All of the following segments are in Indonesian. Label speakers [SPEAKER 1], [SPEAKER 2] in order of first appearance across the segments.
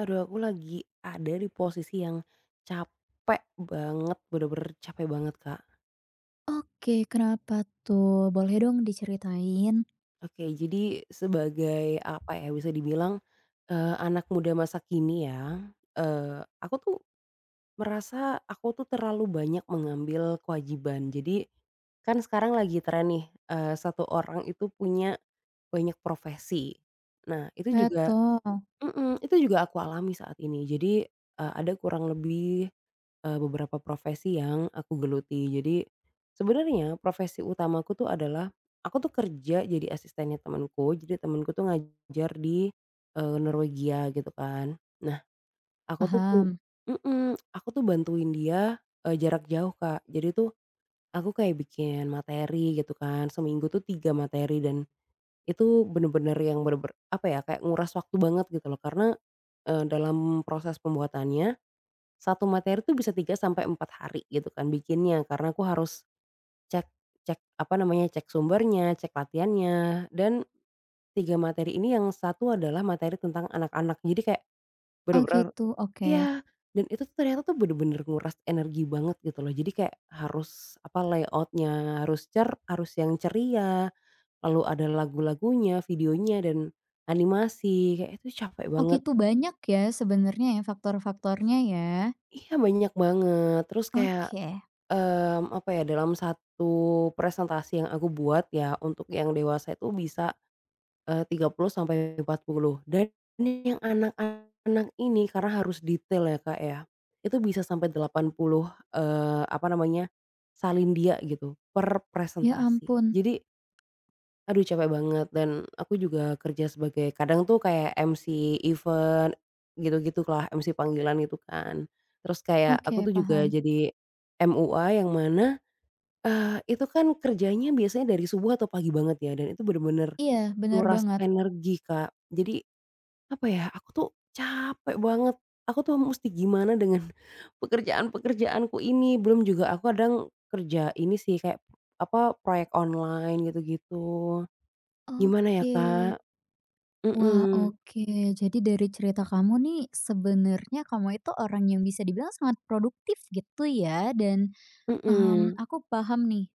[SPEAKER 1] Aduh, aku lagi ada di posisi yang capek banget, bener-bener capek banget, Kak.
[SPEAKER 2] Oke, kenapa tuh? Boleh dong diceritain?
[SPEAKER 1] Oke, jadi sebagai apa ya, bisa dibilang, anak muda masa kini ya, aku tuh merasa aku tuh terlalu banyak mengambil kewajiban. Jadi, kan sekarang lagi tren nih, 1 orang itu punya banyak profesi. Nah,
[SPEAKER 2] Eh,
[SPEAKER 1] itu juga aku alami saat ini. Jadi, ada kurang lebih, beberapa profesi yang aku geluti. Jadi, sebenarnya profesi utamaku tuh adalah aku tuh kerja jadi asistennya temanku, jadi temanku tuh ngajar di, Norwegia gitu kan. Nah, aku tuh pu
[SPEAKER 2] paham.
[SPEAKER 1] mhm, aku tuh bantuin dia, jarak jauh, Kak. Jadi tuh aku kayak bikin materi gitu kan, seminggu tuh 3 materi dan itu bener-bener yang bener-bener, apa ya, kayak nguras waktu banget gitu loh karena, dalam proses pembuatannya, satu materi tuh bisa 3 sampai 4 hari gitu kan bikinnya, karena aku harus cek cek, apa namanya, cek sumbernya, cek latihannya, dan 3 materi ini yang satu adalah materi tentang anak-anak, jadi kayak
[SPEAKER 2] Oh
[SPEAKER 1] bener-bener,
[SPEAKER 2] gitu, oke.
[SPEAKER 1] iya, dan itu tuh ternyata tuh bener-bener nguras energi banget gitu loh, jadi kayak harus, apa, layoutnya harus yang ceria. Lalu ada lagu-lagunya, videonya, dan animasi, kayak itu capek
[SPEAKER 2] Oh
[SPEAKER 1] banget.
[SPEAKER 2] gitu banyak ya sebenarnya ya faktor-faktornya ya?
[SPEAKER 1] Iya, banyak banget. Terus kayak,
[SPEAKER 2] Oke.
[SPEAKER 1] apa ya, dalam satu presentasi yang aku buat ya, untuk yang dewasa itu bisa, eh, 30 sampai 40. Dan yang anak-anak ini karena harus detail ya, Kak, ya, itu bisa sampai 80, apa namanya, salin dia gitu, per
[SPEAKER 2] Ya
[SPEAKER 1] presentasi.
[SPEAKER 2] ampun,
[SPEAKER 1] Jadi, aduh, capek banget, dan aku juga kerja sebagai kadang tuh kayak MC event gitu-gitulah, gitu MC panggilan itu kan. Terus kayak
[SPEAKER 2] oke
[SPEAKER 1] aku tuh juga
[SPEAKER 2] paham.
[SPEAKER 1] jadi MUA, yang mana, itu kan kerjanya biasanya dari subuh atau pagi banget ya, dan itu bener-bener
[SPEAKER 2] Iya, benar
[SPEAKER 1] nguras
[SPEAKER 2] banget.
[SPEAKER 1] energi, Kak. Jadi apa ya, aku tuh capek banget, aku tuh mesti gimana dengan pekerjaan-pekerjaanku ini. Belum juga aku kadang kerja ini sih kayak apa, proyek online gitu-gitu. Gimana ya,
[SPEAKER 2] Oke.
[SPEAKER 1] Kak?
[SPEAKER 2] Wah
[SPEAKER 1] Mhm.
[SPEAKER 2] oke, jadi dari cerita kamu nih sebenarnya kamu itu orang yang bisa dibilang sangat produktif gitu ya dan mmm,
[SPEAKER 1] Mhm,
[SPEAKER 2] aku paham nih,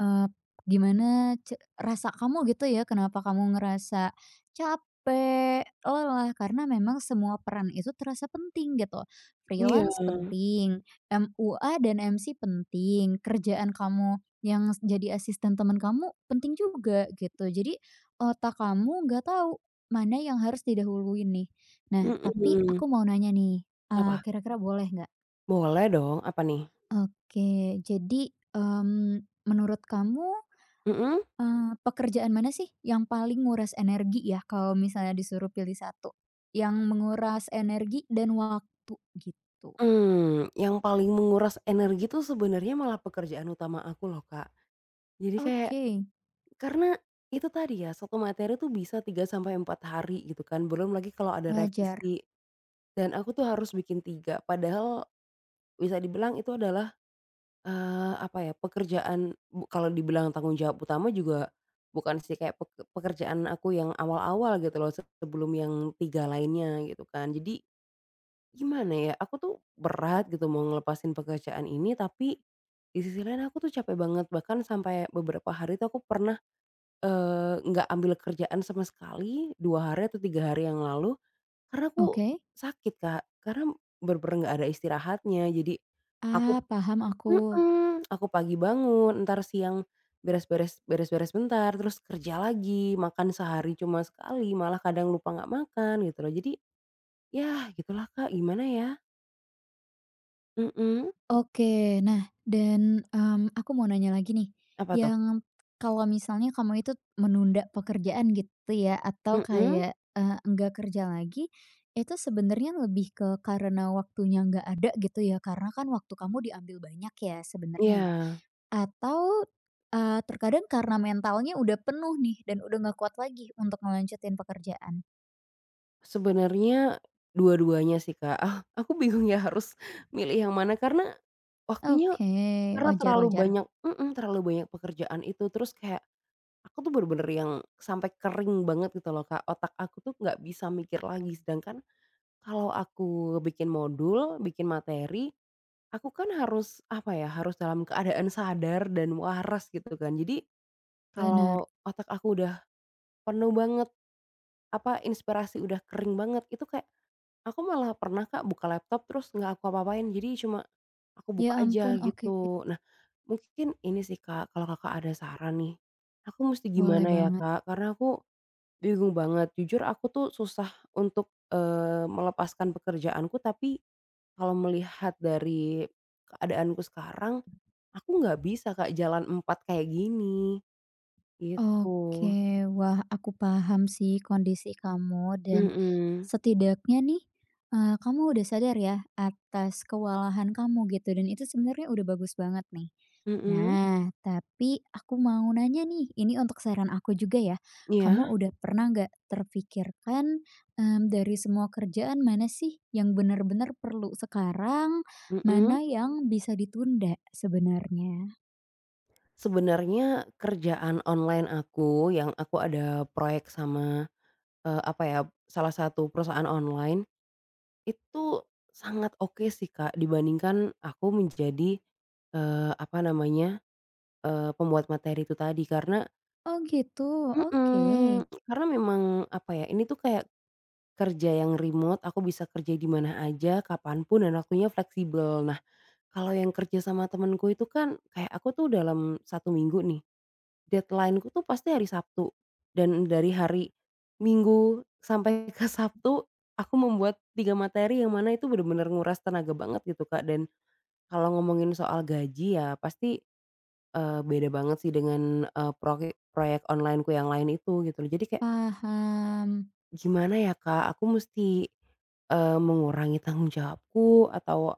[SPEAKER 2] eee, gimana ce rasa kamu gitu ya, kenapa kamu ngerasa capek, lelah, karena memang semua peran itu terasa penting gitu.
[SPEAKER 1] iya,
[SPEAKER 2] Freelance penting, MUA dan MC penting, kerjaan kamu yang s jadi asisten teman kamu penting juga gitu. Jadi otak kamu nggak tahu mana yang harus didahuluin nih. Nah, tapi
[SPEAKER 1] mhm,
[SPEAKER 2] aku mau nanya nih,
[SPEAKER 1] apa?
[SPEAKER 2] kira-kira boleh nggak?
[SPEAKER 1] Boleh dong, apa nih?
[SPEAKER 2] Oke, jadi, mmm, menurut kamu,
[SPEAKER 1] Mhm?
[SPEAKER 2] pekerjaan mana sih yang paling nguras energi ya kalau misalnya disuruh pilih satu, yang menguras energi dan waktu gitu.
[SPEAKER 1] Yang paling menguras energi tuh sebenarnya malah pekerjaan utama aku loh, Kak. Jadi kayak
[SPEAKER 2] Oke.
[SPEAKER 1] karena itu tadi ya, satu materi tuh bisa 3 sampai 4 hari gitu kan, belum lagi kalau ada
[SPEAKER 2] Wajar,
[SPEAKER 1] revisi, dan aku tuh harus bikin 3. Padahal bisa dibilang itu adalah apa ya, pekerjaan bu kalau dibilang tanggung jawab utama juga bukan sih, kayak pekerjaan aku yang awal-awal gitu loh, sebelum yang 3 lainnya gitu kan. Jadi gimana ya, aku tuh berat gitu mau ngelepasin pekerjaan ini, tapi di sisi lain aku tuh capek banget. Bahkan sampai beberapa hari tuh aku pernah, nggak ambil kerjaan sama sekali 2 hari atau 3 hari yang lalu, karena aku
[SPEAKER 2] oke.
[SPEAKER 1] sakit, Kak. Karena bener-bener nggak ada istirahatnya, jadi aku
[SPEAKER 2] Ah, paham aku.
[SPEAKER 1] Mhm, aku pagi bangun, entar siang beres-beres bentar, terus kerja lagi, makan sehari cuma sekali, malah kadang lupa nggak makan gitu loh. Jadi, ya gitulah Kak, gimana ya? Mhm,
[SPEAKER 2] Oke. Nah dan, mmm, aku mau nanya lagi nih,
[SPEAKER 1] apa tuh?
[SPEAKER 2] yang kalau misalnya kamu itu menunda pekerjaan gitu ya atau
[SPEAKER 1] Mhm,
[SPEAKER 2] kayak, enggak kerja lagi, itu sebenarnya lebih ke karena waktunya nggak ada gitu ya? Karena kan waktu kamu diambil banyak ya sebenarnya ya?
[SPEAKER 1] ya.
[SPEAKER 2] Atau, terkadang karena mentalnya udah penuh nih dan udah nggak kuat lagi untuk ngelanjutin pekerjaan?
[SPEAKER 1] Sebenarnya dua-duanya sih Kak. Ah, aku bingung ya harus milih yang mana karena waktunya,
[SPEAKER 2] Oke,
[SPEAKER 1] karena
[SPEAKER 2] wajar
[SPEAKER 1] terlalu
[SPEAKER 2] wajar.
[SPEAKER 1] banyak mhm, terlalu banyak pekerjaan itu, terus kayak aku tuh bener-bener yang sampai kering banget gitu loh Kak, otak aku tuh nggak bisa mikir lagi, sedangkan kalau aku bikin modul, bikin materi, aku kan harus apa ya, harus dalam keadaan sadar dan waras gitu kan. Jadi
[SPEAKER 2] Benar.
[SPEAKER 1] kalau otak aku udah penuh banget, apa inspirasi udah kering banget, itu kayak aku malah pernah Kak buka laptop terus nggak aku apa-apain. Jadi cuma aku
[SPEAKER 2] Ya
[SPEAKER 1] buka aja
[SPEAKER 2] ampun, oke.
[SPEAKER 1] gitu. Nah, mungkin ini sih Kak, kalau Kakak ada saran nih, aku mesti
[SPEAKER 2] Boleh
[SPEAKER 1] gimana ya
[SPEAKER 2] banget.
[SPEAKER 1] Kak? Karena aku bingung banget. Jujur aku tuh susah untuk, melepaskan pekerjaanku, tapi kalau melihat dari keadaanku sekarang, aku nggak bisa Kak jalan 4 kayak gini, gitu.
[SPEAKER 2] Oke, wah aku paham sih kondisi kamu dan
[SPEAKER 1] Mhm,
[SPEAKER 2] setidaknya nih, kamu udah sadar ya atas kewalahan kamu gitu dan itu sebenarnya udah bagus banget nih.
[SPEAKER 1] mhm,
[SPEAKER 2] Nah, tapi aku mau nanya nih, ini untuk saran aku juga ya. Kamu
[SPEAKER 1] iya,
[SPEAKER 2] udah pernah nggak terpikirkan, mmm, dari semua kerjaan mana sih yang benar-benar perlu sekarang,
[SPEAKER 1] mhm.
[SPEAKER 2] mana yang bisa ditunda sebenarnya?
[SPEAKER 1] Sebenarnya kerjaan online aku yang aku ada proyek sama, apa ya, salah satu perusahaan online, itu sangat oke sih Kak dibandingkan aku menjadi, apa namanya, pembuat materi itu tadi, karena
[SPEAKER 2] Oh gitu, oke.
[SPEAKER 1] mhm, karena memang apa ya, ini tuh kayak kerja yang remote, aku bisa kerja di mana aja, kapan pun, dan waktunya fleksibel. Nah, kalau yang kerja sama temenku itu kan, kayak aku tuh dalam 1 minggu nih, deadline-ku tuh pasti hari Sabtu. Dan dari hari Minggu sampai ke Sabtu, aku membuat 3 materi, yang mana itu bener-bener nguras tenaga banget gitu, Kak. Dan kalau ngomongin soal gaji ya pasti, beda banget sih dengan, proyek onlineku yang lain itu gitu. Jadi kayak
[SPEAKER 2] Paham.
[SPEAKER 1] gimana ya, Kak, aku mesti, mengurangi tanggung jawabku atau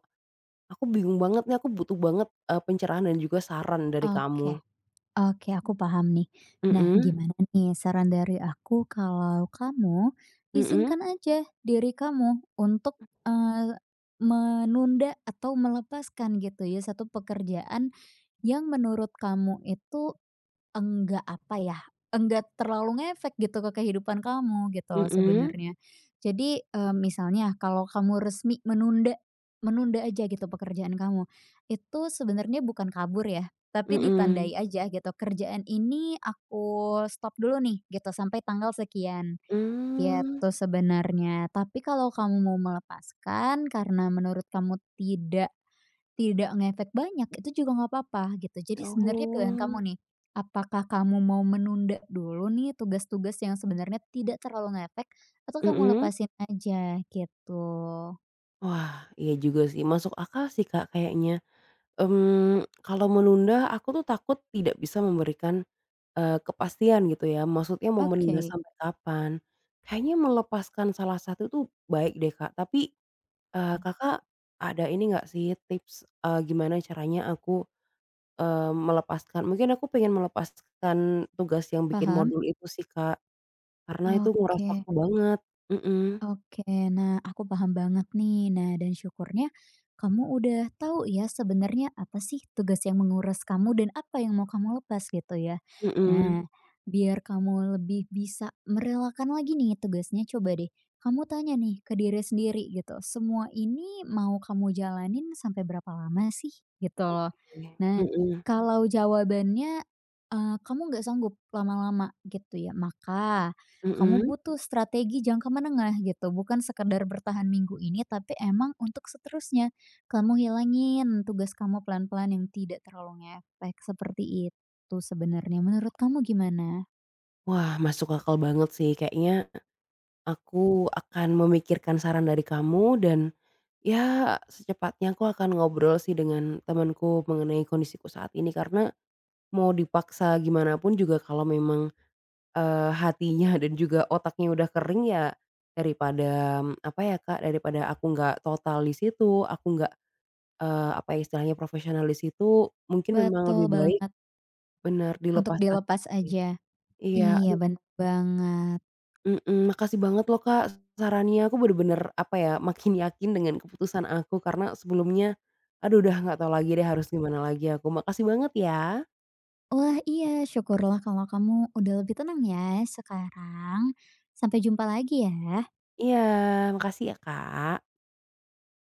[SPEAKER 1] aku bingung banget nih, aku butuh banget, pencerahan dan juga saran dari kamu.
[SPEAKER 2] Oke, oke, aku paham nih. Nah,
[SPEAKER 1] Mhm,
[SPEAKER 2] gimana nih saran dari aku kalau kamu
[SPEAKER 1] mhm,
[SPEAKER 2] izinkan aja diri kamu untuk eh, menunda atau melepaskan gitu ya satu pekerjaan yang menurut kamu itu enggak, apa ya, enggak terlalu ngefek gitu ke kehidupan kamu gitu loh
[SPEAKER 1] mhm,
[SPEAKER 2] sebenarnya. Jadi, misalnya kalau kamu resmi menunda menunda aja gitu pekerjaan kamu, itu sebenarnya bukan kabur ya, tapi
[SPEAKER 1] mhm,
[SPEAKER 2] ditandai aja gitu, "Kerjaan ini aku stop dulu nih," gitu, "sampai tanggal sekian,"
[SPEAKER 1] mmm,
[SPEAKER 2] gitu sebenarnya. Tapi kalau kamu mau melepaskan karena menurut kamu tidak tidak ngefek banyak, itu juga nggak apa-apa gitu. Jadi sebenarnya pilihan kamu
[SPEAKER 1] oh,
[SPEAKER 2] nih, apakah kamu mau menunda dulu nih tugas-tugas yang sebenarnya tidak terlalu ngefek atau kamu
[SPEAKER 1] mhm.
[SPEAKER 2] lepasin aja gitu?
[SPEAKER 1] Wah, iya juga sih, masuk akal sih, Kak, kayaknya. Kalau menunda aku tuh takut tidak bisa memberikan, kepastian gitu ya, maksudnya mau menunda
[SPEAKER 2] Oke,
[SPEAKER 1] sampai kapan. Kayaknya melepaskan salah satu tuh baik deh, Kak, tapi Kakak ada ini nggak sih tips, gimana caranya aku, melepaskan mungkin aku pengen melepaskan tugas yang bikin
[SPEAKER 2] paham.
[SPEAKER 1] modul itu sih, Kak, karena itu nguras
[SPEAKER 2] Oke.
[SPEAKER 1] waktu banget. Mhm,
[SPEAKER 2] Oke, nah aku paham banget nih. Nah, dan syukurnya kamu udah tahu ya sebenarnya apa sih tugas yang menguras kamu dan apa yang mau kamu lepas gitu ya.
[SPEAKER 1] mhm.
[SPEAKER 2] Nah, biar kamu lebih bisa merelakan lagi nih tugasnya, coba deh kamu tanya nih ke diri sendiri gitu. Semua ini mau kamu jalanin sampai berapa lama sih gitu loh.
[SPEAKER 1] Oke.
[SPEAKER 2] Nah,
[SPEAKER 1] Mhm,
[SPEAKER 2] kalau jawabannya kamu nggak sanggup lama-lama gitu ya, maka kamu
[SPEAKER 1] mhm.
[SPEAKER 2] butuh strategi jangka menengah gitu, bukan sekedar bertahan minggu ini tapi emang untuk seterusnya. Kamu hilangin tugas kamu pelan-pelan yang tidak terlalu ngefek, seperti itu sebenarnya. Menurut kamu gimana?
[SPEAKER 1] Wah, masuk akal banget sih. Kayaknya aku akan memikirkan saran dari kamu, dan ya, secepatnya aku akan ngobrol sih dengan temanku mengenai kondisiku saat ini, karena mau dipaksa gimana pun juga kalau memang hatinya dan juga otaknya udah kering ya, daripada, apa ya, Kak, daripada aku nggak total di situ, aku nggak, apa ya, istilahnya profesional di situ, mungkin memang
[SPEAKER 2] Betul
[SPEAKER 1] lebih baik,
[SPEAKER 2] banget,
[SPEAKER 1] bener,
[SPEAKER 2] untuk
[SPEAKER 1] dilepas satu
[SPEAKER 2] dilepas
[SPEAKER 1] sih.
[SPEAKER 2] aja.
[SPEAKER 1] Iya,
[SPEAKER 2] Iya,
[SPEAKER 1] aduh,
[SPEAKER 2] bener banget.
[SPEAKER 1] mhm, makasih banget loh, Kak, sarannya, aku bener-bener, apa ya, makin yakin dengan keputusan aku karena sebelumnya, aduh, udah nggak tahu lagi deh harus gimana lagi aku, makasih banget ya.
[SPEAKER 2] Wah, iya, syukurlah kalau kamu udah lebih tenang ya sekarang. Sampai jumpa lagi ya.
[SPEAKER 1] Iya, makasih ya, Kak.